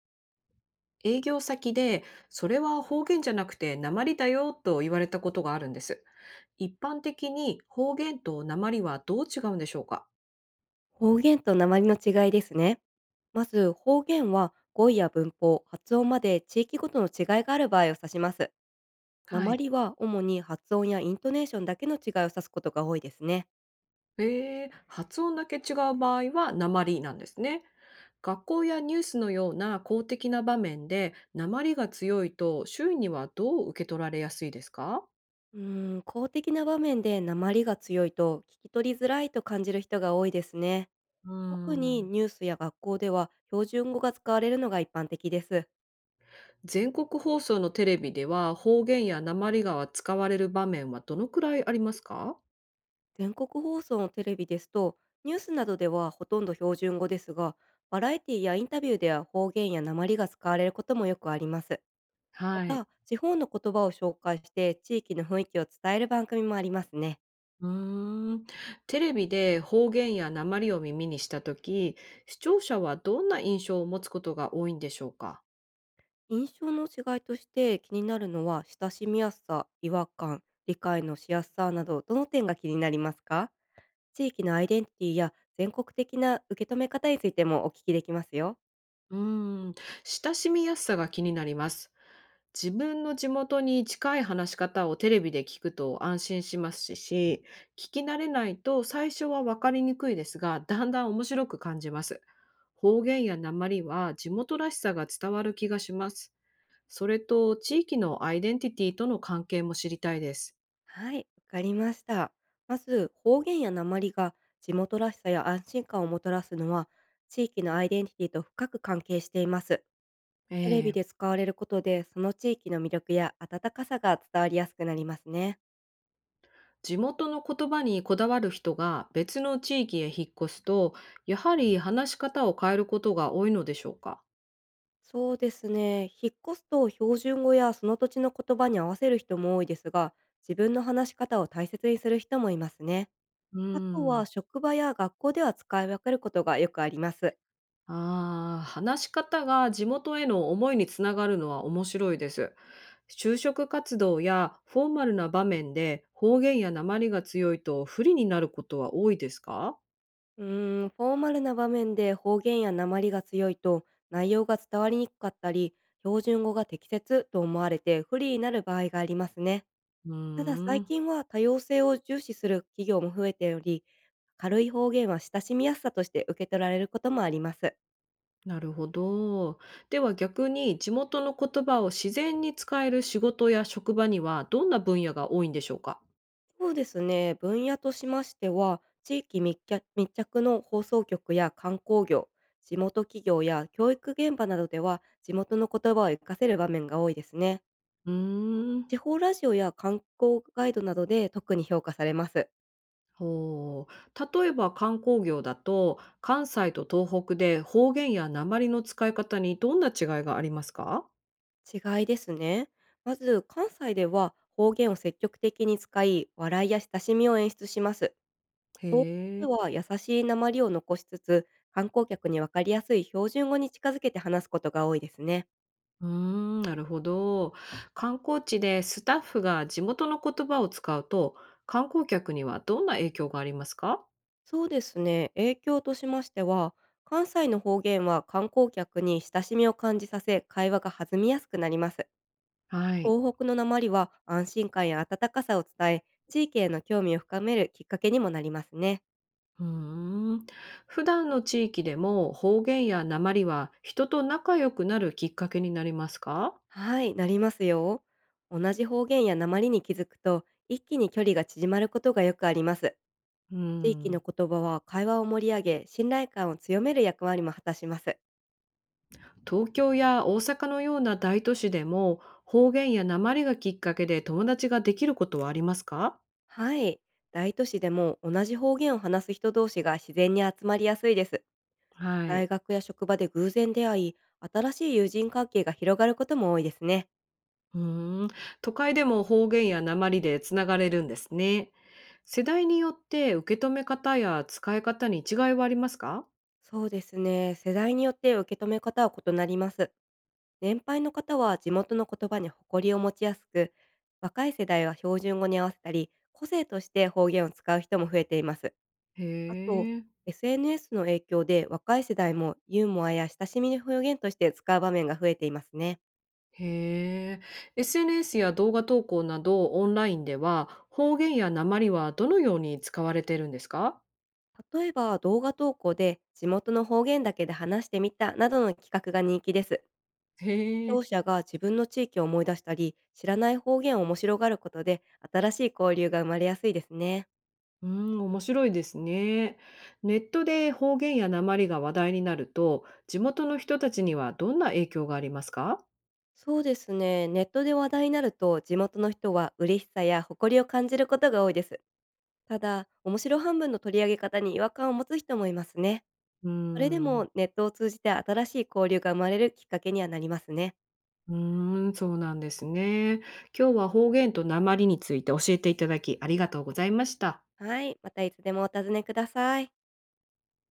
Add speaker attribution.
Speaker 1: 営業先で、それは方言じゃなくて鉛だよと言われたことがあるんです。一般的に方言と鉛はどう違うんでしょうか？
Speaker 2: 方言と訛りの違いですね。まず、方言は語彙や文法、発音まで地域ごとの違いがある場合を指します。
Speaker 1: は
Speaker 2: 訛
Speaker 1: い。
Speaker 2: りは主に発音やイントネーションだけの違いを指すことが多いですね。
Speaker 1: 発音だけ違う場合は鉛なんですね。学校やニュースのような公的な場面で鉛が強いと周囲にはどう受け取られやすいですか？
Speaker 2: 公的な場面で訛りが強いと聞き取りづらいと感じる人が多いですね。
Speaker 1: うー
Speaker 2: 特に
Speaker 1: ん。
Speaker 2: ニュースや学校では標準語が使われるのが一般的です。
Speaker 1: 全国放送のテレビでは方言や鉛が使われる場面はどのくらいありますか？
Speaker 2: 全国放送のテレビですと、ニュースなどではほとんど標準語ですが、バラエティやインタビューでは方言や訛りが使われることもよくあります。ま
Speaker 1: はい。
Speaker 2: た、地方の言葉を紹介して地域の雰囲気を伝える番組もありますね。
Speaker 1: うーん。テレビで方言や訛りを耳にしたとき、視聴者はどんな印象を持つことが多いんでしょうか？
Speaker 2: 印象の違いとして気になるのは、親しみやすさ、違和感、理解のしやすさなど、どの点が気になりますか？地域のアイデンティティや全国的な受け止め方についてもお聞きできますよ。
Speaker 1: うーん。親しみやすさが気になります。自分の地元に近い話し方をテレビで聞くと安心しますし、聞き慣れないと最初はわかりにくいですが、だんだん面白く感じます。方言や訛りは地元らしさが伝わる気がします。それと地域のアイデンティティとの関係も知りたいです。
Speaker 2: はい、わかりました。まず、方言や訛りが地元らしさや安心感をもたらすのは、地域のアイデンティティと深く関係しています。テレビ
Speaker 1: ええ。
Speaker 2: で使われることで、その地域の魅力や温かさが伝わりやすくなりますね。
Speaker 1: 地元の言葉にこだわる人が別の地域へ引っ越すと、やはり話し方を変えることが多いのでしょうか？
Speaker 2: そうですね。引っ越すと標準語やその土地の言葉に合わせる人も多いですが、自分の話し方を大切にする人もいますね。
Speaker 1: う
Speaker 2: あと
Speaker 1: ー
Speaker 2: は
Speaker 1: ん。
Speaker 2: 職場や学校では使い分けることがよくあります。
Speaker 1: ああ、話し方が地元への思いにつながるのは面白いです。就職活動やフォーマルな場面で方言や訛りが強いと不利になることは多いですか？
Speaker 2: フォーマルな場面で方言や訛りが強いと、内容が伝わりにくかったり、標準語が適切と思われて不利になる場合がありますね。
Speaker 1: う
Speaker 2: ただ、
Speaker 1: ー
Speaker 2: 最
Speaker 1: ん。
Speaker 2: 近は多様性を重視する企業も増えており、軽い方言は親しみやすさとして受け取られることもあります。
Speaker 1: なるほど。では逆に地元の言葉を自然に使える仕事や職場にはどんな分野が多いんでしょうか？
Speaker 2: そうですね、分野としましては、地域密着の放送局や観光業、地元企業や教育現場などでは地元の言葉を活かせる場面が多いですね。
Speaker 1: うーん、
Speaker 2: 地方ラジオや観光ガイドなどで特に評価されます。
Speaker 1: ほう。例えば観光業だと、関西と東北で方言や訛りの使い方にどんな違いがありますか？
Speaker 2: 違いですね。まず、関西では方言を積極的に使い、笑いや親しみを演出します。
Speaker 1: へ
Speaker 2: で
Speaker 1: え。
Speaker 2: は、優しい訛りを残しつつ、観光客にわかりやすい標準語に近づけて話すことが多いですね。
Speaker 1: うーん、なるほど。観光地でスタッフが地元の言葉を使うと、観光客にはどんな影響がありますか？
Speaker 2: そうですね。影響としましては、関西の方言は観光客に親しみを感じさせ、会話が弾みやすくなります。
Speaker 1: はい。
Speaker 2: 東北のなまりは安心感や温かさを伝え、地域への興味を深めるきっかけにもなりますね。
Speaker 1: うーん。普段の地域でも方言や訛りは人と仲良くなるきっかけになりますか？
Speaker 2: はい、なりますよ。同じ方言やなまりに気づくと、一気に距離が縮まることがよくあります。
Speaker 1: う
Speaker 2: 地域の
Speaker 1: ん。
Speaker 2: 言葉は会話を盛り上げ、信頼感を強める役割も果たします。
Speaker 1: 東京や大阪のような大都市でも方言や訛りがきっかけで友達ができることはありますか？
Speaker 2: はい、大都市でも同じ方言を話す人同士が自然に集まりやすいです。
Speaker 1: は
Speaker 2: 大
Speaker 1: い。
Speaker 2: 学や職場で偶然出会い、新しい友人関係が広がることも多いですね。
Speaker 1: うーん。都会でも方言や訛りでつながれるんですね。世代によって受け止め方や使い方に違いはありますか？
Speaker 2: そうですね。世代によって受け止め方は異なります。年配の方は地元の言葉に誇りを持ちやすく、若い世代は標準語に合わせたり、個性として方言を使う人も増えています。
Speaker 1: へ
Speaker 2: あと、
Speaker 1: え。
Speaker 2: SNS の影響で若い世代もユーモアや親しみの表現として使う場面が増えていますね。
Speaker 1: へえ。SNS や動画投稿などオンラインでは方言や訛りはどのように使われているんですか？
Speaker 2: 例えば動画投稿で地元の方言だけで話してみたなどの企画が人気です。
Speaker 1: へ
Speaker 2: 聴
Speaker 1: ー。
Speaker 2: 者が自分の地域を思い出したり、知らない方言を面白がることで、新しい交流が生まれやすいですね。
Speaker 1: うーん、面白いですね。ネットで方言や訛りが話題になると、地元の人たちにはどんな影響がありますか？
Speaker 2: そうですね。ネットで話題になると、地元の人は嬉しさや誇りを感じることが多いです。ただ、面白半分の取り上げ方に違和感を持つ人もいますね。
Speaker 1: うー
Speaker 2: それで
Speaker 1: ん、
Speaker 2: も、ネットを通じて新しい交流が生まれるきっかけにはなりますね。
Speaker 1: うーん、そうなんですね。今日は方言と訛りについて教えていただきありがとうございました。
Speaker 2: はい。またいつでもお尋ねください。